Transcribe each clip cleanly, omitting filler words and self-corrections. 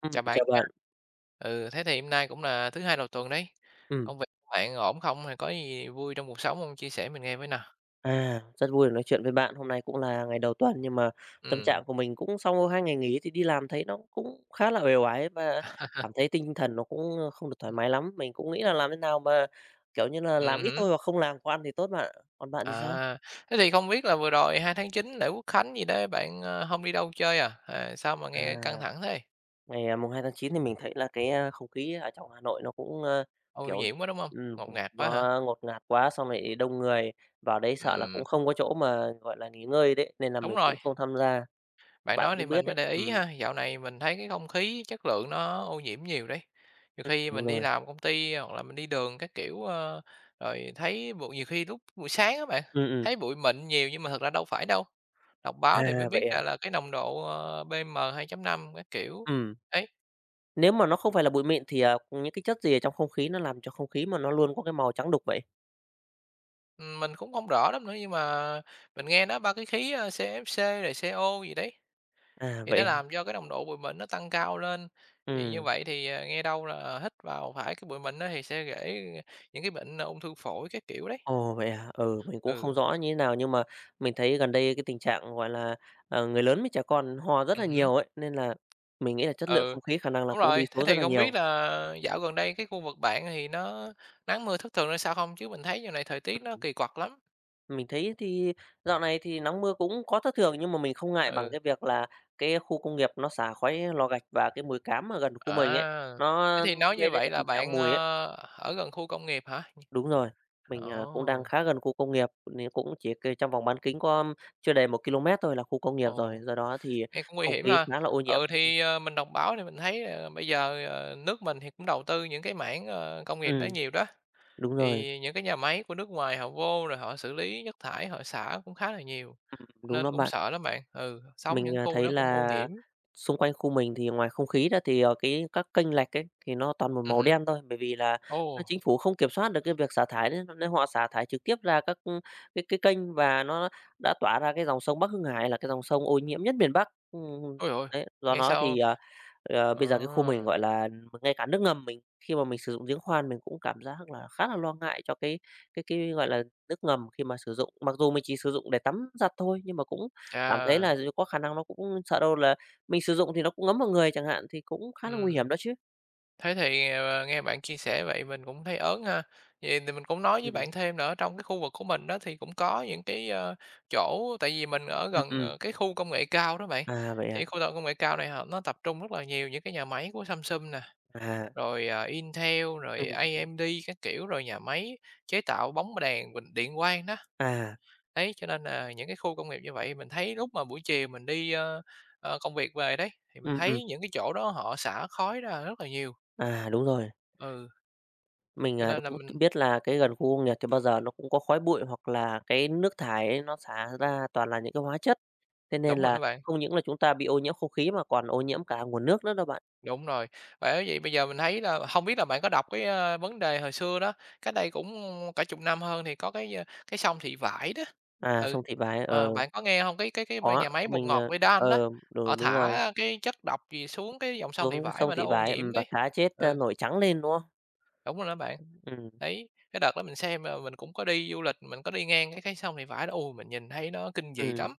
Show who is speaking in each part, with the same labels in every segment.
Speaker 1: Chào bạn
Speaker 2: Chào
Speaker 1: nha.
Speaker 2: bạn.
Speaker 1: Thế thì hôm nay cũng là thứ Hai đầu tuần đấy.
Speaker 2: Ừm,
Speaker 1: Công việc của bạn ổn không? Hay có gì vui trong cuộc sống không? Chia sẻ mình nghe với nào.
Speaker 2: Rất vui được nói chuyện với bạn. Hôm nay cũng là ngày đầu tuần nhưng mà tâm trạng
Speaker 1: Ừm.
Speaker 2: của mình cũng sau 2 ngày nghỉ thì đi làm thấy nó cũng khá là uể oải và cảm thấy tinh thần nó cũng không được thoải mái lắm. Mình cũng nghĩ là
Speaker 1: Anh
Speaker 2: làm thế nào mà, kiểu như là, làm ít
Speaker 1: Hứm.
Speaker 2: thôi hoặc không làm quá ăn thì tốt bạn ạ. Còn bạn thì sao?
Speaker 1: À, Thế thì không biết là vừa rồi hai tháng chín lễ Quốc khánh gì đấy bạn, hông đi đâu chơi à? À, sao mà nghe
Speaker 2: À,
Speaker 1: căng thẳng thế?
Speaker 2: 2/9 thì mình thấy là cái không khí ở trong Hà Nội nó cũng,
Speaker 1: Ô
Speaker 2: kiểu,
Speaker 1: nhiễm quá, đúng không?
Speaker 2: ừm,
Speaker 1: Ngột ngạt quá hả?
Speaker 2: nó ngột ngạt quá, xong lại đông người, vào đấy sợ là cũng
Speaker 1: Ừm,
Speaker 2: không có chỗ mà, gọi là, nghỉ ngơi đấy, nên là
Speaker 1: đúng
Speaker 2: mình cũng
Speaker 1: rồi.
Speaker 2: không tham gia.
Speaker 1: Bạn
Speaker 2: Bạn
Speaker 1: nói thì
Speaker 2: cũng
Speaker 1: mình
Speaker 2: biết
Speaker 1: mới
Speaker 2: đấy,
Speaker 1: để ý ha, dạo này mình thấy cái không khí chất lượng nó ô nhiễm nhiều đấy. Nhiều khi
Speaker 2: đúng
Speaker 1: mình đi
Speaker 2: rồi.
Speaker 1: làm công ty hoặc là mình đi đường các kiểu rồi thấy bụi nhiều khi lúc buổi sáng á bạn,
Speaker 2: Ừm, ừm.
Speaker 1: thấy bụi mịn nhiều nhưng mà thật ra đâu phải đâu. Đọc báo thì mới
Speaker 2: À,
Speaker 1: biết
Speaker 2: vậy
Speaker 1: ra
Speaker 2: à?
Speaker 1: là cái nồng độ PM 2 năm các kiểu.
Speaker 2: Ừm,
Speaker 1: Đấy,
Speaker 2: Nếu mà nó không phải là bụi mịn thì, những cái chất gì ở trong không khí nó làm cho không khí mà nó luôn có cái màu trắng đục vậy?
Speaker 1: ừ, mình cũng không rõ lắm nữa nhưng mà mình nghe nói ba cái khí CFC rồi CO gì đấy.
Speaker 2: À,
Speaker 1: Thì nó
Speaker 2: vậy hả?
Speaker 1: làm cho cái nồng độ bụi mịn nó tăng cao lên, thì như
Speaker 2: Ừm.
Speaker 1: vậy thì, nghe đâu là hít vào phải cái bụi mịn đó thì sẽ gây những cái bệnh ung thư phổi cái kiểu đấy.
Speaker 2: Ồ, vậy hả? Ừ, mình cũng không
Speaker 1: Ừ,
Speaker 2: rõ như thế nào nhưng mà mình thấy gần đây cái tình trạng, gọi là, người lớn với trẻ con ho rất là
Speaker 1: hứm,
Speaker 2: nhiều ấy, nên là mình nghĩ là chất lượng
Speaker 1: ừ,
Speaker 2: không khí khả năng là
Speaker 1: đúng
Speaker 2: cũng đi
Speaker 1: rồi. Thế
Speaker 2: xuống rất
Speaker 1: thì
Speaker 2: là
Speaker 1: không
Speaker 2: nhiều.
Speaker 1: biết là dạo gần đây cái khu vực bạn thì nó nắng mưa thất thường ra sao không? Chứ mình thấy dạo này thời tiết nó kỳ quặc lắm.
Speaker 2: Mình thấy thì dạo này thì nắng mưa cũng có thất thường nhưng mà mình không ngại bằng
Speaker 1: Ừ,
Speaker 2: cái việc là cái khu công nghiệp nó xả khói lò gạch và cái mùi cám ở gần khu mình ấy,
Speaker 1: à,
Speaker 2: nó
Speaker 1: thế thì nói
Speaker 2: gây
Speaker 1: như
Speaker 2: đến cái
Speaker 1: vậy là
Speaker 2: tình trạng
Speaker 1: bạn,
Speaker 2: mùi ấy.
Speaker 1: ở gần khu công nghiệp hả?
Speaker 2: Đúng rồi, mình, cũng đang
Speaker 1: Ồ,
Speaker 2: khá gần khu công nghiệp, nên cũng chỉ trong vòng bán kính có chưa đầy 1 ki-lô-mét thôi là khu công nghiệp rồi,
Speaker 1: ồ.
Speaker 2: do đó thì
Speaker 1: Nghe cũng nguy
Speaker 2: không
Speaker 1: hiểm
Speaker 2: khí
Speaker 1: ha.
Speaker 2: khá là ô nhiễm.
Speaker 1: Ừ, thì, mình đọc báo thì mình thấy, bây giờ, nước mình thì cũng đầu tư những cái mảng, công nghiệp đó
Speaker 2: Ừm,
Speaker 1: nhiều đó,
Speaker 2: Đúng rồi,
Speaker 1: thì những cái nhà máy của nước ngoài họ vô rồi họ xử lý chất thải, họ xả cũng khá là nhiều,
Speaker 2: đúng đó
Speaker 1: nên cũng
Speaker 2: bạn.
Speaker 1: sợ lắm bạn. Ừ, sống
Speaker 2: Mình,
Speaker 1: những khu
Speaker 2: thấy
Speaker 1: đó cũng ô
Speaker 2: là
Speaker 1: nhiễm.
Speaker 2: xung quanh khu mình thì ngoài không khí ra thì, cái các kênh lạch ấy, thì nó toàn một màu
Speaker 1: Hứm.
Speaker 2: đen thôi, bởi vì là,
Speaker 1: Ồ,
Speaker 2: chính phủ không kiểm soát được cái việc xả thải nên nên họ xả thải trực tiếp ra các, cái kênh và nó đã tỏa ra cái dòng sông Bắc Hưng Hải là cái dòng sông ô nhiễm nhất miền Bắc.
Speaker 1: ôi giời ơi,
Speaker 2: Đấy, do
Speaker 1: nghe
Speaker 2: đó
Speaker 1: sao
Speaker 2: thì, bây giờ
Speaker 1: ờ,
Speaker 2: cái khu mình, gọi là, ngay cả nước ngầm mình khi mà mình sử dụng giếng khoan mình cũng cảm giác là khá là lo ngại cho cái, gọi là, nước ngầm khi mà sử dụng. Mặc dù mình chỉ sử dụng để tắm giặt thôi nhưng mà cũng cảm thấy
Speaker 1: chà,
Speaker 2: là có khả năng nó cũng sợ đâu là mình sử dụng thì nó cũng ngấm vào người chẳng hạn, thì cũng khá là nguy hiểm
Speaker 1: ừm.
Speaker 2: đó chứ.
Speaker 1: Thế thì, nghe bạn chia sẻ vậy mình cũng thấy ớn ha. Vậy thì mình cũng nói với
Speaker 2: Ừm,
Speaker 1: bạn thêm nữa, trong cái khu vực của mình đó thì cũng có những cái, chỗ tại vì mình ở
Speaker 2: ừm,
Speaker 1: gần,
Speaker 2: ừm.
Speaker 1: cái khu công nghệ cao đó bạn,
Speaker 2: À, vậy à?
Speaker 1: thì khu công nghệ cao này họ nó tập trung rất là nhiều những cái nhà máy của Samsung nè,
Speaker 2: À,
Speaker 1: rồi, à, Intel, rồi
Speaker 2: ừm, ừm,
Speaker 1: AMD các kiểu, rồi nhà máy chế tạo bóng đèn bình điện quang đó.
Speaker 2: à,
Speaker 1: Đấy, cho nên là những cái khu công nghiệp như vậy mình thấy lúc mà buổi chiều mình đi, công việc về đấy, thì mình
Speaker 2: ừm, ừm,
Speaker 1: thấy những cái chỗ đó họ xả khói ra rất là nhiều.
Speaker 2: à, đúng rồi.
Speaker 1: Ừ.
Speaker 2: Mình,
Speaker 1: Cho nên là
Speaker 2: cũng
Speaker 1: mình
Speaker 2: biết là cái gần khu công nghiệp thì bao giờ nó cũng có khói bụi hoặc là cái nước thải ấy nó xả ra toàn là những cái hóa chất, thế nên
Speaker 1: đúng rồi
Speaker 2: là
Speaker 1: đó bạn,
Speaker 2: không những là chúng ta bị ô nhiễm không khí mà còn ô nhiễm cả nguồn nước nữa đó bạn.
Speaker 1: đúng rồi. Bởi vậy bây giờ mình thấy là không biết là bạn có đọc cái, vấn đề hồi xưa đó, cách đây cũng cả chục năm hơn thì có cái, cái sông Thị Vải đó.
Speaker 2: À,
Speaker 1: Ừ,
Speaker 2: sông Thị Vải,
Speaker 1: bạn có nghe không? Cái
Speaker 2: có,
Speaker 1: nhà máy bột
Speaker 2: mình,
Speaker 1: ngọt Vidan đó,
Speaker 2: ờ, ừ,
Speaker 1: họ
Speaker 2: đúng
Speaker 1: thả
Speaker 2: rồi,
Speaker 1: cái chất độc gì xuống cái dòng sông Thị
Speaker 2: xuống cái
Speaker 1: Vải
Speaker 2: sông
Speaker 1: mà nó
Speaker 2: Thị
Speaker 1: ô
Speaker 2: Vải,
Speaker 1: nhiễm
Speaker 2: và
Speaker 1: đấy.
Speaker 2: cá chết,
Speaker 1: Ừ,
Speaker 2: nổi trắng lên, đúng không?
Speaker 1: đúng rồi đó bạn.
Speaker 2: Ừm.
Speaker 1: Đấy, cái đợt đó mình xem, mình cũng có đi du lịch, mình có đi ngang cái sông Thị Vải đó, ôi, mình nhìn thấy nó kinh dị
Speaker 2: Ừ,
Speaker 1: lắm.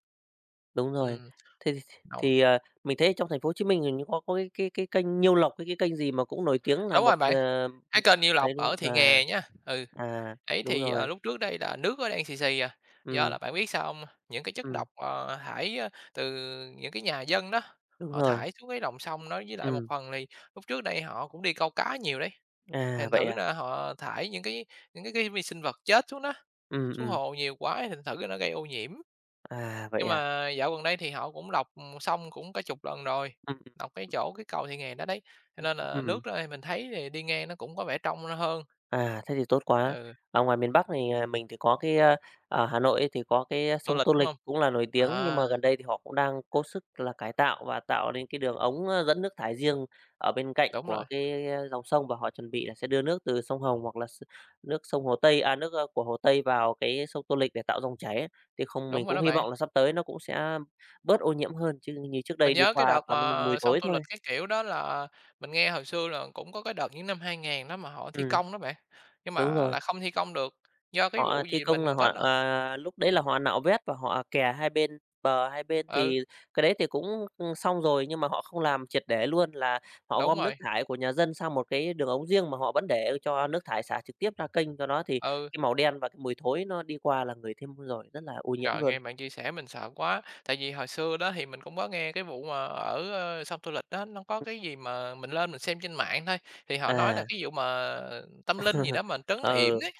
Speaker 2: đúng rồi.
Speaker 1: Ừ,
Speaker 2: Thế thì
Speaker 1: đúng,
Speaker 2: thì, mình thấy trong thành phố Hồ Chí Minh hình như có cái kênh Nhiêu Lộc, hay cái kênh gì mà cũng nổi tiếng là
Speaker 1: đúng
Speaker 2: một,
Speaker 1: rồi bạn. Cái kênh Nhiêu
Speaker 2: ấy,
Speaker 1: Lộc
Speaker 2: đúng không?
Speaker 1: ở Thị
Speaker 2: À,
Speaker 1: Nghè nhá, ừ,
Speaker 2: à,
Speaker 1: ấy
Speaker 2: đúng
Speaker 1: thì,
Speaker 2: rồi,
Speaker 1: lúc trước đây là nước nó đang xì xì à, do
Speaker 2: ừm,
Speaker 1: là bạn biết sao không? Những cái chất
Speaker 2: ừm,
Speaker 1: độc, thải, từ những cái nhà dân đó,
Speaker 2: đúng
Speaker 1: họ
Speaker 2: rồi,
Speaker 1: thải xuống cái lòng sông đó, với lại một
Speaker 2: ừm,
Speaker 1: phần thì lúc trước đây họ cũng đi câu cá nhiều đấy,
Speaker 2: à,
Speaker 1: thành
Speaker 2: vậy
Speaker 1: thử
Speaker 2: à?
Speaker 1: là họ thải những cái những cái vi sinh vật chết xuống đó,
Speaker 2: Ừm,
Speaker 1: xuống
Speaker 2: ừm,
Speaker 1: hồ nhiều quá thì thành thử nó gây ô nhiễm.
Speaker 2: à, vậy
Speaker 1: Nhưng
Speaker 2: à?
Speaker 1: mà dạo gần đây thì họ cũng lọc, sông cũng cả chục lần rồi,
Speaker 2: Ừm,
Speaker 1: lọc cái chỗ cái cầu Thị Nghè đó đấy, cho nên là
Speaker 2: ừm.
Speaker 1: nước đó thì mình thấy thì đi ngang nó cũng có vẻ trong hơn,
Speaker 2: À, thế thì tốt quá.
Speaker 1: ừ.
Speaker 2: Ở ngoài miền Bắc thì, mình thì có cái, ở Hà Nội ấy thì có cái,
Speaker 1: Tô
Speaker 2: sông
Speaker 1: Lịch,
Speaker 2: Tô
Speaker 1: đúng
Speaker 2: Lịch
Speaker 1: hông?
Speaker 2: cũng là nổi tiếng, nhưng mà
Speaker 1: À,
Speaker 2: gần đây thì họ cũng đang cố sức là cải tạo và tạo nên cái đường ống, dẫn nước thải riêng ở bên cạnh
Speaker 1: đúng
Speaker 2: của
Speaker 1: rồi,
Speaker 2: cái, dòng sông và họ chuẩn bị là sẽ đưa nước từ sông Hồng hoặc là nước sông Hồ Tây à, nước, của Hồ Tây vào cái sông Tô Lịch để tạo dòng chảy ấy. Thì không mình
Speaker 1: đúng rồi
Speaker 2: cũng
Speaker 1: đó
Speaker 2: hy
Speaker 1: bạn.
Speaker 2: vọng là sắp tới nó cũng sẽ bớt ô nhiễm hơn, chứ như trước
Speaker 1: Mình
Speaker 2: đây đi
Speaker 1: nhớ cái
Speaker 2: qua
Speaker 1: đợt
Speaker 2: toàn là mùi
Speaker 1: mà xong
Speaker 2: thối
Speaker 1: Tô
Speaker 2: thôi.
Speaker 1: Lịch, cái kiểu, đó là mình nghe hồi xưa là cũng có cái đợt những năm hai ngàn đó mà họ thi
Speaker 2: Ừ,
Speaker 1: công đó bạn, nhưng
Speaker 2: đúng
Speaker 1: mà
Speaker 2: rồi.
Speaker 1: lại không thi công được, do cái
Speaker 2: Họ
Speaker 1: vụ
Speaker 2: thi
Speaker 1: gì
Speaker 2: công là
Speaker 1: mình
Speaker 2: họ,
Speaker 1: có n
Speaker 2: lúc đấy là họ nạo vét và họ kè hai bên bờ hai bên
Speaker 1: ừ,
Speaker 2: thì cái đấy thì cũng, xong rồi, nhưng mà họ không làm triệt để luôn, là họ
Speaker 1: đúng
Speaker 2: gom nước
Speaker 1: rồi,
Speaker 2: thải của nhà dân sang một cái đường ống riêng mà họ vẫn để cho nước thải xả trực tiếp ra kênh, do đó thì
Speaker 1: ừ.
Speaker 2: cái màu đen và cái mùi thối nó đi qua là người thêm rồi, rất là ô nhiễm
Speaker 1: Trời,
Speaker 2: luôn.
Speaker 1: nghe bạn chia sẻ mình sợ quá, tại vì hồi xưa đó thì mình cũng có nghe cái vụ mà ở, sông Tô Lịch đó nó có cái gì mà mình lên mình xem trên mạng thôi, thì họ nói
Speaker 2: À,
Speaker 1: là cái vụ mà tâm linh gì đó mà trấn
Speaker 2: ừ,
Speaker 1: yểm ấy.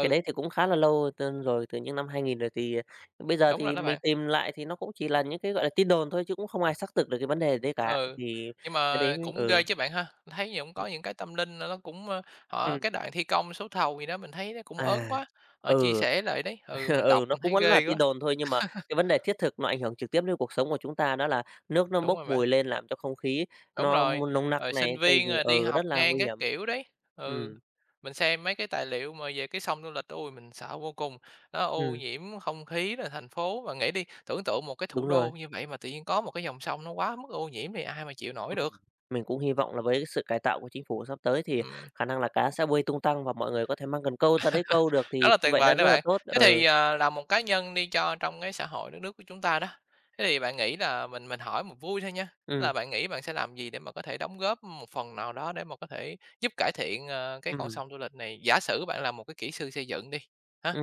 Speaker 2: cái đấy thì cũng khá là lâu tên rồi, từ những năm 2000 rồi thì bây giờ
Speaker 1: đúng rồi
Speaker 2: thì
Speaker 1: đó
Speaker 2: mình
Speaker 1: bạn.
Speaker 2: tìm lại thì nó cũng chỉ là những cái, gọi là, tin đồn thôi chứ cũng không ai xác thực được cái vấn đề đấy cả,
Speaker 1: Ừ,
Speaker 2: thì
Speaker 1: nhưng
Speaker 2: cái đấy
Speaker 1: mà cũng ghê
Speaker 2: ừ.
Speaker 1: chứ bạn ha. Thấy gì cũng có những cái tâm linh là nó cũng,
Speaker 2: Ừm,
Speaker 1: họ cái đoạn thi công số thầu gì đó mình thấy nó cũng
Speaker 2: à,
Speaker 1: ớn quá, họ chia
Speaker 2: ừ,
Speaker 1: sẻ lại đấy. Ừ, mình
Speaker 2: ừ,
Speaker 1: đọc
Speaker 2: nó
Speaker 1: mình
Speaker 2: cũng
Speaker 1: thấy
Speaker 2: vẫn là
Speaker 1: ghê
Speaker 2: tin
Speaker 1: quá.
Speaker 2: đồn thôi, nhưng mà cái vấn đề thiết thực nó ảnh hưởng trực tiếp đến cuộc sống của chúng ta đó là nước nó
Speaker 1: Đúng
Speaker 2: bốc
Speaker 1: rồi bạn,
Speaker 2: mùi lên làm cho không khí
Speaker 1: đúng
Speaker 2: nó
Speaker 1: rồi,
Speaker 2: nồng nặc
Speaker 1: rồi
Speaker 2: này,
Speaker 1: sinh
Speaker 2: thì
Speaker 1: viên,
Speaker 2: thì,
Speaker 1: à, đi
Speaker 2: rất
Speaker 1: học
Speaker 2: là
Speaker 1: ngang
Speaker 2: nguy
Speaker 1: các
Speaker 2: hiểm.
Speaker 1: kiểu đấy. Ừ,
Speaker 2: Ừm,
Speaker 1: mình xem mấy cái tài liệu mà về cái sông Tô Lịch, ui mình sợ vô cùng, nó ô
Speaker 2: ừm,
Speaker 1: nhiễm không khí là thành phố. Và nghĩ đi, tưởng tượng một cái
Speaker 2: đúng
Speaker 1: thủ
Speaker 2: rồi,
Speaker 1: đô như vậy mà tự nhiên có một cái dòng sông nó quá mức ô nhiễm thì ai mà chịu nổi được.
Speaker 2: ừm. Mình cũng hy vọng là với cái sự cải tạo của chính phủ sắp tới thì
Speaker 1: Ừm.
Speaker 2: khả năng là cá sẽ bơi tung tăng và mọi người có thể mang cần câu ra đấy câu được
Speaker 1: Rất
Speaker 2: thì
Speaker 1: là
Speaker 2: như
Speaker 1: tuyệt
Speaker 2: vậy đã
Speaker 1: vời đó
Speaker 2: rất là
Speaker 1: bạn.
Speaker 2: tốt.
Speaker 1: Thế
Speaker 2: Ừ,
Speaker 1: thì, là một cá nhân đi cho trong cái xã hội đất nước của chúng ta đó, thế thì bạn nghĩ là mình hỏi một vui thôi nha, tức
Speaker 2: ừm,
Speaker 1: là bạn nghĩ bạn sẽ làm gì để mà có thể đóng góp một phần nào đó để mà có thể giúp cải thiện, cái con
Speaker 2: ừm.
Speaker 1: sông Du Lịch này? Giả sử bạn là một cái kỹ sư xây dựng đi, hả?
Speaker 2: ừ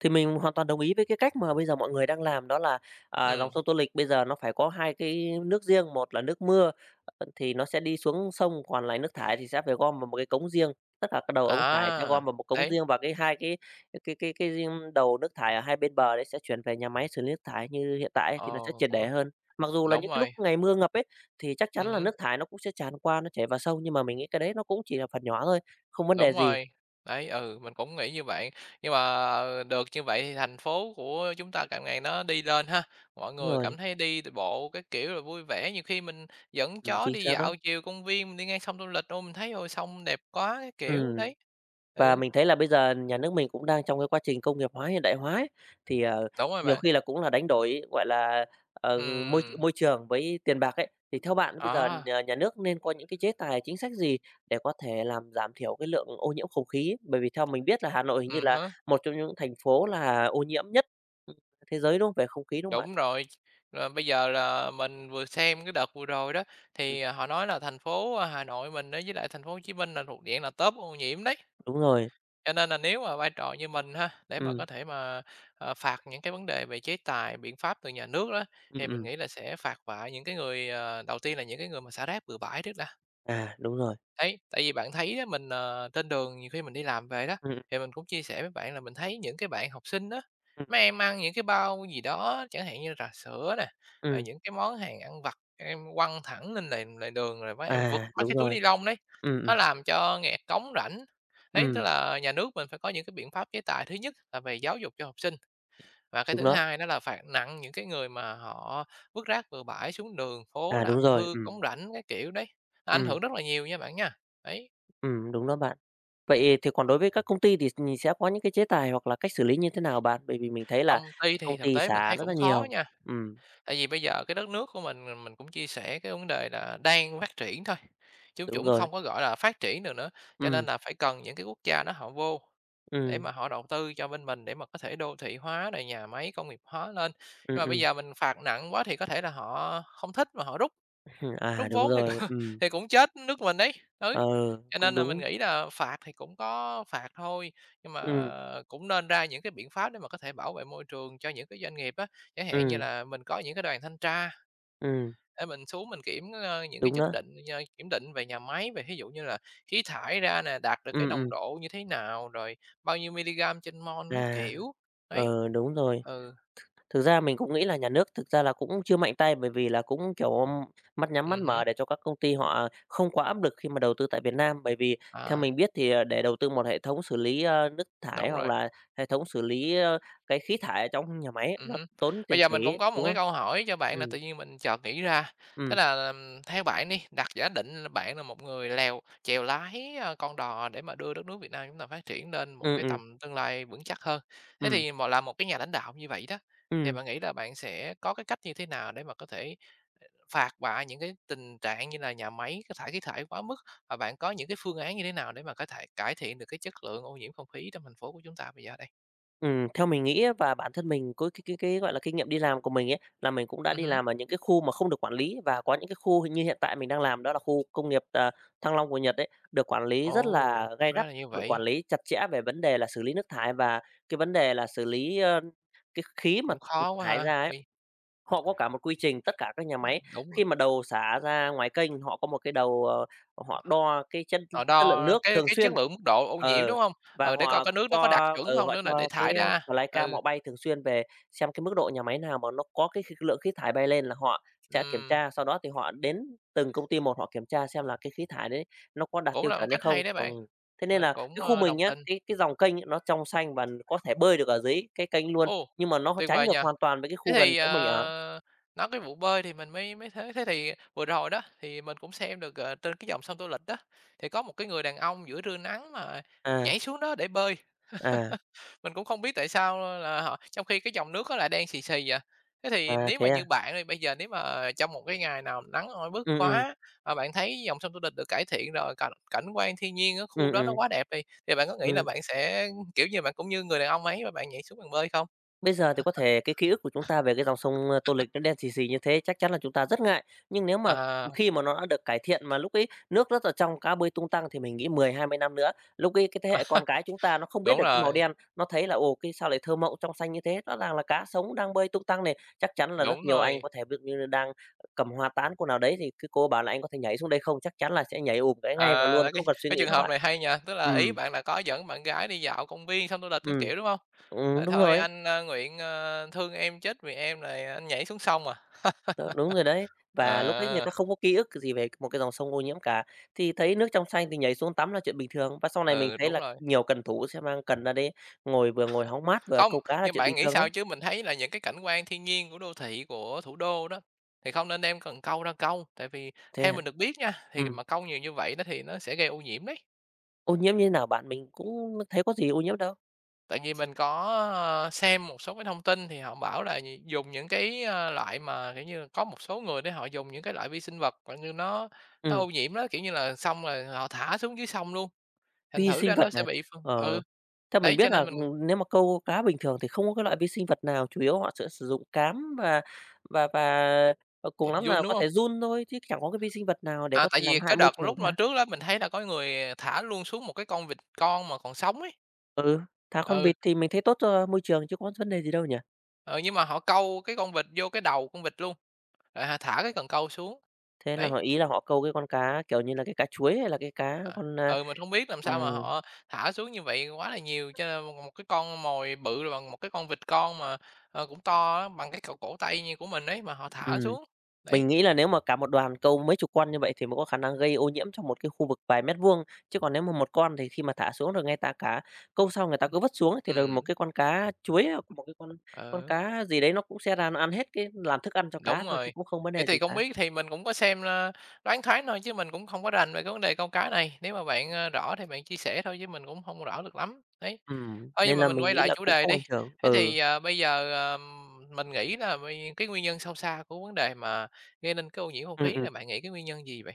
Speaker 2: Thì mình hoàn toàn đồng ý với cái cách mà bây giờ mọi người đang làm đó là, dòng
Speaker 1: Ừm,
Speaker 2: sông Tô Lịch bây giờ nó phải có 2 cái nước riêng, một là nước mưa, thì nó sẽ đi xuống sông, còn lại nước thải thì sẽ phải gom vào một cái cống riêng. Tất cả các đầu ống thải sẽ
Speaker 1: à,
Speaker 2: gom vào một cống
Speaker 1: đấy,
Speaker 2: riêng và cái 2 cái riêng đầu nước thải ở hai bên bờ đấy sẽ chuyển về nhà máy xử lý nước thải như hiện tại ấy, thì nó
Speaker 1: ờ,
Speaker 2: sẽ triệt
Speaker 1: cũng
Speaker 2: để
Speaker 1: đúng,
Speaker 2: hơn. Mặc dù là
Speaker 1: đúng
Speaker 2: những cái lúc
Speaker 1: rồi,
Speaker 2: ngày mưa ngập ấy, thì chắc chắn là
Speaker 1: ừm.
Speaker 2: nước thải nó cũng sẽ tràn qua, nó chảy vào sông, nhưng mà mình nghĩ cái đấy nó cũng chỉ là phần nhỏ thôi, không vấn đề
Speaker 1: Đúng
Speaker 2: gì.
Speaker 1: rồi, đấy, ừ, mình cũng nghĩ như vậy. Nhưng mà được như vậy thì thành phố của chúng ta càng ngày nó đi lên ha, mọi
Speaker 2: Đúng
Speaker 1: người
Speaker 2: rồi,
Speaker 1: cảm thấy đi bộ cái kiểu là vui vẻ, nhiều khi mình dẫn
Speaker 2: ừ,
Speaker 1: chó
Speaker 2: chính
Speaker 1: đi
Speaker 2: xác đó.
Speaker 1: dạo chiều công viên, mình đi ngang sông Tô Lịch, ô, mình thấy, ôi, sông đẹp quá cái
Speaker 2: ừ
Speaker 1: kiểu, đấy.
Speaker 2: Và
Speaker 1: Ừ,
Speaker 2: mình thấy là bây giờ nhà nước mình cũng đang trong cái quá trình công nghiệp hóa, hiện đại hóa ấy, thì,
Speaker 1: đúng rồi
Speaker 2: nhiều
Speaker 1: bạn,
Speaker 2: khi là cũng là đánh đổi, gọi là, ờ, môi
Speaker 1: ừm,
Speaker 2: môi trường với tiền bạc ấy. Thì theo bạn bây giờ
Speaker 1: đó,
Speaker 2: nhà nhà nước nên có những cái chế tài, chính sách gì để có thể làm giảm thiểu cái lượng ô nhiễm không khí? Bởi vì theo mình biết là Hà Nội hình như là
Speaker 1: hứm,
Speaker 2: một trong những thành phố là ô nhiễm nhất, ừm, thế giới, đúng không? Về không khí, đúng không bạn?
Speaker 1: đúng rồi. Rồi bây giờ là mình vừa xem cái đợt vừa rồi đó,
Speaker 2: Ừm,
Speaker 1: thì, họ nói là thành phố, à, Hà Nội mình á với lại thành phố Hồ Chí Minh là thuộc diện là top ô nhiễm đấy.
Speaker 2: đúng rồi.
Speaker 1: Cho nên là nếu mà vai trò như mình ha, để mà
Speaker 2: Ừ,
Speaker 1: có thể mà, phạt những cái vấn đề về chế tài, biện pháp từ nhà nước đó,
Speaker 2: ừ,
Speaker 1: thì mình nghĩ là sẽ phạt vạ những cái người, đầu tiên là những cái người mà xả rác bừa bãi trước đã.
Speaker 2: à, đúng rồi.
Speaker 1: Thấy, tại vì bạn thấy đó mình, trên đường nhiều khi mình đi làm về đó,
Speaker 2: Ừ, ừ,
Speaker 1: thì mình cũng chia sẻ với bạn là mình thấy những cái bạn học sinh đó
Speaker 2: ừm,
Speaker 1: mấy em ăn những cái bao gì đó, chẳng hạn như trà sữa nè, rồi những cái món hàng ăn vặt các em quăng thẳng lên lề lề đường, rồi mấy em vứt
Speaker 2: à,
Speaker 1: mấy
Speaker 2: đúng
Speaker 1: cái túi
Speaker 2: rồi.
Speaker 1: ni lông đấy,
Speaker 2: Ừ, ừ,
Speaker 1: nó làm cho nghẹt cống rãnh. Đấy, tức
Speaker 2: ừm,
Speaker 1: là nhà nước mình phải có những cái biện pháp chế tài, thứ nhất là về giáo dục cho học sinh, và cái
Speaker 2: đúng
Speaker 1: thứ
Speaker 2: đó.
Speaker 1: hai đó là phạt nặng những cái người mà họ vứt rác bừa bãi xuống đường phố,
Speaker 2: À, đúng
Speaker 1: làm
Speaker 2: rồi,
Speaker 1: hư
Speaker 2: ừ,
Speaker 1: cống rãnh cái kiểu đấy, nó ảnh
Speaker 2: ừ,
Speaker 1: hưởng rất là nhiều nha bạn nha. Đấy,
Speaker 2: ừ, đúng đó bạn. Vậy thì còn đối với các công ty thì mình sẽ có những cái chế tài hoặc là cách xử lý như thế nào bạn? Bởi vì mình thấy là
Speaker 1: công ty
Speaker 2: công
Speaker 1: thì thực
Speaker 2: ty
Speaker 1: tế mình
Speaker 2: xả
Speaker 1: thấy
Speaker 2: rất là
Speaker 1: cũng khó
Speaker 2: nhiều.
Speaker 1: nha,
Speaker 2: Ừ,
Speaker 1: tại vì bây giờ cái đất nước của mình cũng chia sẻ cái vấn đề là đang phát triển thôi, chứ
Speaker 2: đúng
Speaker 1: cũng
Speaker 2: rồi.
Speaker 1: không có, gọi là, phát triển được nữa, cho
Speaker 2: Ừ,
Speaker 1: nên là phải cần những cái quốc gia đó họ vô để
Speaker 2: ừ,
Speaker 1: mà họ đầu tư cho bên mình để mà có thể đô thị hóa này nhà máy công nghiệp hóa lên.
Speaker 2: ừ,
Speaker 1: Nhưng mà bây
Speaker 2: ừ.
Speaker 1: giờ mình phạt nặng quá thì có thể là họ không thích mà họ rút.
Speaker 2: À,
Speaker 1: Rút
Speaker 2: đúng
Speaker 1: vốn thì c
Speaker 2: rồi. Ừ,
Speaker 1: thì cũng chết nước mình đấy, ừ.
Speaker 2: ờ,
Speaker 1: Cho
Speaker 2: cũng
Speaker 1: nên là mình
Speaker 2: đúng.
Speaker 1: nghĩ là phạt thì cũng có phạt thôi, nhưng mà
Speaker 2: Ừ,
Speaker 1: cũng nên ra những cái biện pháp để mà có thể bảo vệ môi trường cho những cái doanh nghiệp á. Chẳng hạn như
Speaker 2: ừ,
Speaker 1: là mình có những cái đoàn thanh tra
Speaker 2: ừ,
Speaker 1: để mình xuống mình những cái
Speaker 2: đúng
Speaker 1: chất
Speaker 2: đó.
Speaker 1: định kiểm định về nhà máy, về ví dụ như là khí thải ra nè, đạt được
Speaker 2: Ừ,
Speaker 1: cái nồng
Speaker 2: ừ,
Speaker 1: độ như thế nào, rồi bao nhiêu miligam trên mol các
Speaker 2: à,
Speaker 1: kiểu, đấy.
Speaker 2: đúng rồi.
Speaker 1: Ừ,
Speaker 2: Thực ra mình cũng nghĩ là nhà nước thực ra là cũng chưa mạnh tay, bởi vì là cũng, kiểu, mắt nhắm mắt
Speaker 1: hứm,
Speaker 2: mở để cho các công ty họ không quá áp lực khi mà đầu tư tại Việt Nam. Bởi vì theo
Speaker 1: à,
Speaker 2: mình biết thì, để đầu tư một hệ thống xử lý, nước thải
Speaker 1: đúng
Speaker 2: hoặc
Speaker 1: rồi.
Speaker 2: là hệ thống xử lý, cái khí thải ở trong nhà máy ấy, nó
Speaker 1: Hứm.
Speaker 2: tốn tiền
Speaker 1: Bây giờ
Speaker 2: tỷ,
Speaker 1: mình cũng có một
Speaker 2: đúng
Speaker 1: cái
Speaker 2: không?
Speaker 1: câu hỏi cho bạn là
Speaker 2: Ừ,
Speaker 1: tự nhiên mình chợt nghĩ ra,
Speaker 2: ừ,
Speaker 1: thế là, theo bạn đi, đặt giả định là bạn là một người lèo chèo lái, con đò để mà đưa đất nước Việt Nam chúng ta phát triển lên một
Speaker 2: ừ,
Speaker 1: cái
Speaker 2: ừ,
Speaker 1: tầm tương lai vững chắc hơn. Thế
Speaker 2: ừ,
Speaker 1: thì mà là một cái nhà lãnh đạo như vậy đó, thì
Speaker 2: ừ.
Speaker 1: bạn nghĩ là bạn sẽ có cái cách như thế nào để mà có thể phạt bạ những cái tình trạng như là nhà máy cái thải khí thải quá mức? Và bạn có những cái phương án như thế nào để mà có thể cải thiện được cái chất lượng ô nhiễm không khí trong thành phố của chúng ta bây giờ đây?
Speaker 2: Theo mình nghĩ á và bản thân mình có cái, gọi là, kinh nghiệm đi làm của mình ấy, là mình cũng đã đi
Speaker 1: Hứm.
Speaker 2: làm ở những cái khu mà không được quản lý và có những cái khu như hiện tại mình đang làm đó là khu công nghiệp, Thăng Long của Nhật ấy, được quản lý rất
Speaker 1: Ồ,
Speaker 2: là gay gắt,
Speaker 1: ra là như
Speaker 2: được quản
Speaker 1: vậy.
Speaker 2: lý chặt chẽ về vấn đề là xử lý nước thải và cái vấn đề là xử lý, cái khí mà
Speaker 1: Cũng khó quá
Speaker 2: thải
Speaker 1: ha,
Speaker 2: ra ấy.
Speaker 1: vì
Speaker 2: Họ có cả một quy trình, tất cả các nhà máy
Speaker 1: đúng,
Speaker 2: khi mà đầu xả ra ngoài kênh, họ có một cái đầu, họ đo cái chất
Speaker 1: họ
Speaker 2: chất lượng
Speaker 1: đo
Speaker 2: nước
Speaker 1: cái
Speaker 2: thường
Speaker 1: cái chất
Speaker 2: xuyên.
Speaker 1: lượng mức độ ô nhiễm,
Speaker 2: Ờ,
Speaker 1: đúng không?
Speaker 2: và
Speaker 1: Ừ, để coi
Speaker 2: họ
Speaker 1: cái nước nó có đạt
Speaker 2: cho
Speaker 1: chuẩn
Speaker 2: ừ,
Speaker 1: không
Speaker 2: họ
Speaker 1: nữa là để
Speaker 2: cho
Speaker 1: thải
Speaker 2: cái,
Speaker 1: ra.
Speaker 2: Flycam
Speaker 1: Ừ,
Speaker 2: họ bay thường xuyên về xem cái mức độ nhà máy nào mà nó có cái lượng khí thải bay lên là họ sẽ kiểm
Speaker 1: ừm,
Speaker 2: tra, sau đó thì họ đến từng công ty một họ kiểm tra xem là cái khí thải đấy nó có đạt
Speaker 1: cũng
Speaker 2: tiêu
Speaker 1: là một
Speaker 2: chuẩn hay
Speaker 1: cách
Speaker 2: không.
Speaker 1: hay đấy bạn,
Speaker 2: Thế nên là
Speaker 1: mình cũng,
Speaker 2: cái khu
Speaker 1: ơ,
Speaker 2: mình
Speaker 1: đồng
Speaker 2: á,
Speaker 1: tình.
Speaker 2: cái dòng kênh ấy nó trong xanh và có thể bơi được ở dưới cái kênh luôn,
Speaker 1: Ồ,
Speaker 2: nhưng mà nó
Speaker 1: tuyệt
Speaker 2: trái
Speaker 1: vời
Speaker 2: ngược
Speaker 1: nha.
Speaker 2: hoàn toàn với cái
Speaker 1: Thế
Speaker 2: khu gần
Speaker 1: thì,
Speaker 2: chỗ mình ở.
Speaker 1: ờ, nói cái vụ bơi thì mình mới mới thế thế thì vừa rồi đó, thì mình cũng xem được, trên cái dòng sông Tô Lịch đó, thì có một cái người đàn ông giữa trưa nắng mà
Speaker 2: À,
Speaker 1: nhảy xuống đó để bơi.
Speaker 2: à,
Speaker 1: Mình cũng không biết tại sao là họ trong khi cái dòng nước nó lại đen xì xì vậy. Thế thì
Speaker 2: à,
Speaker 1: nếu
Speaker 2: thế
Speaker 1: mà
Speaker 2: à?
Speaker 1: như bạn thì bây giờ nếu mà trong một cái ngày nào nắng oi bức
Speaker 2: Ừ, ừ,
Speaker 1: quá, mà bạn thấy dòng sông Tô Lịch được cải thiện rồi, cảnh cảnh quan thiên nhiên ở
Speaker 2: ừ,
Speaker 1: khu đó
Speaker 2: ừ,
Speaker 1: nó quá đẹp đi, thì bạn có nghĩ là
Speaker 2: ừm.
Speaker 1: bạn sẽ, kiểu như, bạn cũng như người đàn ông ấy mà bạn nhảy xuống bạn bơi không?
Speaker 2: Bây giờ thì có thể cái ký ức của chúng ta về cái dòng sông, Tô Lịch nó đen xì xì như thế chắc chắn là chúng ta rất ngại, nhưng nếu mà
Speaker 1: À,
Speaker 2: khi mà nó đã được cải thiện mà lúc ấy nước rất là trong, cá bơi tung tăng thì mình nghĩ 10-20 năm nữa, lúc ấy cái thế hệ con cái chúng ta nó không biết
Speaker 1: đúng
Speaker 2: được cái màu
Speaker 1: rồi,
Speaker 2: đen, nó thấy là "Ồ, cái sao lại thơ mộng trong xanh như thế?" Rõ ràng là cá sống đang bơi tung tăng này, chắc chắn là rất
Speaker 1: đúng
Speaker 2: nhiều anh
Speaker 1: rồi.
Speaker 2: có thể ví dụ như đang cầm hoa tán cô nào đấy thì cái cô bảo là "Anh có thể nhảy xuống đây không?" Chắc chắn là sẽ nhảy ùm cái ngay và
Speaker 1: À,
Speaker 2: luôn,
Speaker 1: là cái
Speaker 2: không cần suy
Speaker 1: cái
Speaker 2: nghĩ
Speaker 1: trường
Speaker 2: đó
Speaker 1: hợp
Speaker 2: bạn.
Speaker 1: này hay nha, tức là ý
Speaker 2: Ừ,
Speaker 1: bạn là có dẫn bạn gái đi dạo công viên sông Tô Lịch, cái
Speaker 2: ừ.
Speaker 1: kiểu, đúng không? Ờ,
Speaker 2: Đúng
Speaker 1: "Thôi
Speaker 2: rồi,
Speaker 1: anh, nguyện, thương em chết vì em này anh nhảy xuống sông à."
Speaker 2: đó, đúng rồi đấy. Và lúc ấy người
Speaker 1: À,
Speaker 2: ta không có ký ức gì về một cái dòng sông ô nhiễm cả, thì thấy nước trong xanh thì nhảy xuống tắm là chuyện bình thường. Và sau này mình
Speaker 1: ừ,
Speaker 2: thấy
Speaker 1: đúng
Speaker 2: là
Speaker 1: rồi.
Speaker 2: nhiều cần thủ sẽ mang cần ra đấy ngồi vừa ngồi hóng mát vừa
Speaker 1: Không,
Speaker 2: câu cá là
Speaker 1: nhưng
Speaker 2: chuyện
Speaker 1: bạn
Speaker 2: bình
Speaker 1: nghĩ
Speaker 2: thường
Speaker 1: sao
Speaker 2: đó.
Speaker 1: chứ mình thấy là những cái cảnh quan thiên nhiên của đô thị, của thủ đô đó, thì không nên đem cần câu ra câu, tại vì
Speaker 2: Thế
Speaker 1: theo
Speaker 2: hả?
Speaker 1: mình được biết nha, thì
Speaker 2: Ừm,
Speaker 1: mà câu nhiều như vậy đó thì nó sẽ gây ô nhiễm đấy.
Speaker 2: ô nhiễm như thế nào bạn? Mình cũng thấy có gì ô nhiễm đâu.
Speaker 1: Tại vì mình có, xem một số cái thông tin thì họ bảo là gì, dùng những cái, loại mà, kiểu như, có một số người để họ dùng những cái loại vi sinh vật, kiểu như, nó
Speaker 2: Ừm,
Speaker 1: ô nhiễm đó, kiểu như là, xong rồi họ thả xuống dưới sông luôn, thành
Speaker 2: vi
Speaker 1: thử
Speaker 2: sinh
Speaker 1: ra
Speaker 2: vật
Speaker 1: nó
Speaker 2: à?
Speaker 1: sẽ bị phân
Speaker 2: Ờ,
Speaker 1: ừ,
Speaker 2: theo mình
Speaker 1: Đấy, cho
Speaker 2: biết là,
Speaker 1: nên mình
Speaker 2: nếu mà câu cá bình thường thì không có cái loại vi sinh vật nào, chủ yếu họ sẽ sử dụng cám và và,
Speaker 1: d
Speaker 2: cùng lắm
Speaker 1: đúng
Speaker 2: là có
Speaker 1: không?
Speaker 2: thể giun thôi, chứ chẳng có cái vi sinh vật nào để
Speaker 1: À,
Speaker 2: có
Speaker 1: tại
Speaker 2: thể làm
Speaker 1: vì
Speaker 2: hại
Speaker 1: cái
Speaker 2: môi
Speaker 1: đợt
Speaker 2: trường
Speaker 1: lúc mà
Speaker 2: cả.
Speaker 1: trước đó mình thấy là có người thả luôn xuống một cái con vịt con mà còn sống ấy.
Speaker 2: Ừ, thả con
Speaker 1: Ừ,
Speaker 2: vịt thì mình thấy tốt cho môi trường chứ có vấn đề gì đâu nhỉ?
Speaker 1: ừ, nhưng mà họ câu cái con vịt vô cái đầu con vịt luôn, rồi họ thả cái cần câu xuống.
Speaker 2: Thế là
Speaker 1: Đấy,
Speaker 2: họ ý là họ câu cái con cá, kiểu như là, cái cá chuối hay là cái cá
Speaker 1: à,
Speaker 2: con,
Speaker 1: mình không biết làm sao
Speaker 2: ừm,
Speaker 1: mà họ thả xuống như vậy quá là nhiều cho nên một cái con mồi bự là bằng một cái con vịt con mà cũng to á, bằng cái cổ tay như của mình ấy mà họ thả
Speaker 2: ừm,
Speaker 1: xuống. Đấy.
Speaker 2: mình nghĩ là nếu mà cả một đoàn câu mấy chục con như vậy thì mới có khả năng gây ô nhiễm trong một cái khu vực vài mét vuông, chứ còn nếu mà một con thì khi mà thả xuống rồi ngay ta cá câu sau người ta cứ vứt xuống ấy, thì rồi một
Speaker 1: Ừm,
Speaker 2: cái con cá chuối, hoặc một cái con
Speaker 1: ừ.
Speaker 2: cá gì đấy nó cũng sẽ ra nó ăn hết cái làm thức ăn cho cá
Speaker 1: Đúng
Speaker 2: thôi chứ
Speaker 1: rồi.
Speaker 2: cũng không vấn
Speaker 1: Vậy
Speaker 2: đề gì
Speaker 1: thì
Speaker 2: cả.
Speaker 1: không biết thì mình cũng có xem, Đoán Thoáng thôi chứ mình cũng không có rành về cái vấn đề câu cá này, nếu mà bạn, rõ thì bạn chia sẻ thôi chứ mình cũng không rõ được lắm, đấy. Thôi nhưng
Speaker 2: Nên
Speaker 1: mà
Speaker 2: là
Speaker 1: mình
Speaker 2: mình
Speaker 1: quay
Speaker 2: nghĩ
Speaker 1: lại
Speaker 2: là
Speaker 1: chủ
Speaker 2: cũng
Speaker 1: đề
Speaker 2: không ảnh
Speaker 1: đi,
Speaker 2: hưởng.
Speaker 1: thế
Speaker 2: Ừ,
Speaker 1: thì, ờ, bây giờ, ờm, mình nghĩ là vì cái nguyên nhân sâu xa của vấn đề mà gây nên cái ô nhiễm không
Speaker 2: ừm,
Speaker 1: khí
Speaker 2: ừm.
Speaker 1: là bạn nghĩ cái nguyên nhân gì vậy?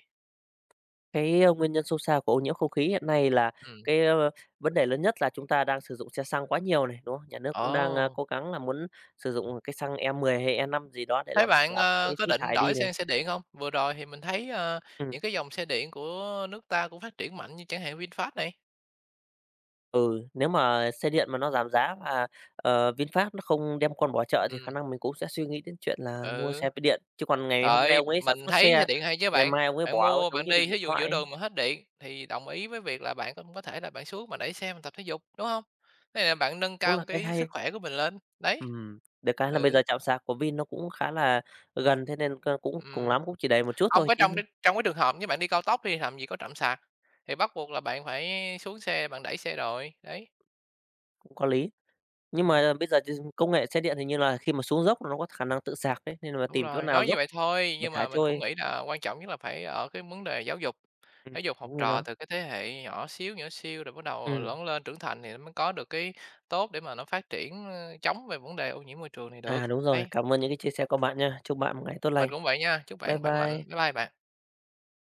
Speaker 2: Cái, nguyên nhân sâu xa của ô nhiễm không khí hiện nay là
Speaker 1: Ừm,
Speaker 2: cái, vấn đề lớn nhất là chúng ta đang sử dụng xe xăng quá nhiều này, đúng không? Nhà nước cũng đang,
Speaker 1: ồ,
Speaker 2: cố gắng là muốn sử dụng cái xăng E10 hay E5 gì đó để
Speaker 1: thế
Speaker 2: làm
Speaker 1: bạn,
Speaker 2: giảm
Speaker 1: ơ,
Speaker 2: cái
Speaker 1: có
Speaker 2: khí
Speaker 1: định
Speaker 2: thải đi
Speaker 1: đổi
Speaker 2: này.
Speaker 1: sang xe điện không? Vừa rồi thì mình thấy,
Speaker 2: Ừm,
Speaker 1: những cái dòng xe điện của nước ta cũng phát triển mạnh như chẳng hạn VinFast này.
Speaker 2: ừ, nếu mà xe điện mà nó giảm giá và, VinFast nó không đem con bỏ chợ thì khả
Speaker 1: Ừm,
Speaker 2: năng mình cũng sẽ suy nghĩ đến chuyện là mua
Speaker 1: ừ.
Speaker 2: xe với điện. Chứ còn ngày
Speaker 1: Trời
Speaker 2: hôm nay
Speaker 1: ơi,
Speaker 2: ông ấy sản
Speaker 1: mình
Speaker 2: xuất
Speaker 1: thấy
Speaker 2: xe,
Speaker 1: xe điện hay chứ
Speaker 2: ngày
Speaker 1: bạn.
Speaker 2: mai ông ấy
Speaker 1: Bạn
Speaker 2: bỏ,
Speaker 1: mua
Speaker 2: giống
Speaker 1: bạn
Speaker 2: như là,
Speaker 1: đi thí
Speaker 2: điện
Speaker 1: dụ
Speaker 2: thoại
Speaker 1: giữa
Speaker 2: ấy,
Speaker 1: đường mà hết điện thì đồng ý với việc là bạn cũng có thể là bạn xuống mà đẩy xe mình tập thể dục, đúng không? Thế là bạn nâng
Speaker 2: cũng
Speaker 1: cao
Speaker 2: là cái
Speaker 1: cái
Speaker 2: hay.
Speaker 1: sức khỏe của mình lên, đấy.
Speaker 2: Được cái là bây
Speaker 1: Ừ,
Speaker 2: giờ trạm sạc của Vin nó cũng khá là gần, thế nên cũng cùng
Speaker 1: ừm.
Speaker 2: lắm cũng chỉ đầy một chút
Speaker 1: Hông
Speaker 2: thôi
Speaker 1: có
Speaker 2: chứ
Speaker 1: trong cái trường hợp như bạn đi cao tốc đi làm gì có trạm sạc, thì bắt buộc là bạn phải xuống xe bạn đẩy xe rồi, đấy.
Speaker 2: cũng có lý. Nhưng
Speaker 1: Ừm.
Speaker 2: mà bây giờ công nghệ xe điện hình như là khi mà xuống dốc nó có khả năng tự sạc đấy, nên là
Speaker 1: Đúng
Speaker 2: tìm chỗ
Speaker 1: rồi,
Speaker 2: nào
Speaker 1: nói như
Speaker 2: dốc
Speaker 1: vậy thôi,
Speaker 2: để
Speaker 1: nhưng
Speaker 2: thả
Speaker 1: mà mình cũng
Speaker 2: trôi.
Speaker 1: nghĩ là quan trọng nhất là phải ở cái vấn đề giáo dục học
Speaker 2: Đúng rồi
Speaker 1: trò
Speaker 2: đó.
Speaker 1: từ cái thế hệ nhỏ xíu rồi bắt đầu
Speaker 2: Ừm,
Speaker 1: lớn lên trưởng thành thì nó mới có được cái tốt để mà nó phát triển, chống về vấn đề ô nhiễm môi trường này được.
Speaker 2: à, đúng rồi,
Speaker 1: Đấy,
Speaker 2: cảm ơn những cái chia sẻ của bạn nha. Chúc bạn một ngày tốt lành.
Speaker 1: mình cũng vậy nha, chúc
Speaker 2: Bye
Speaker 1: bạn khỏe mạnh.
Speaker 2: bye.
Speaker 1: Bye bye bạn.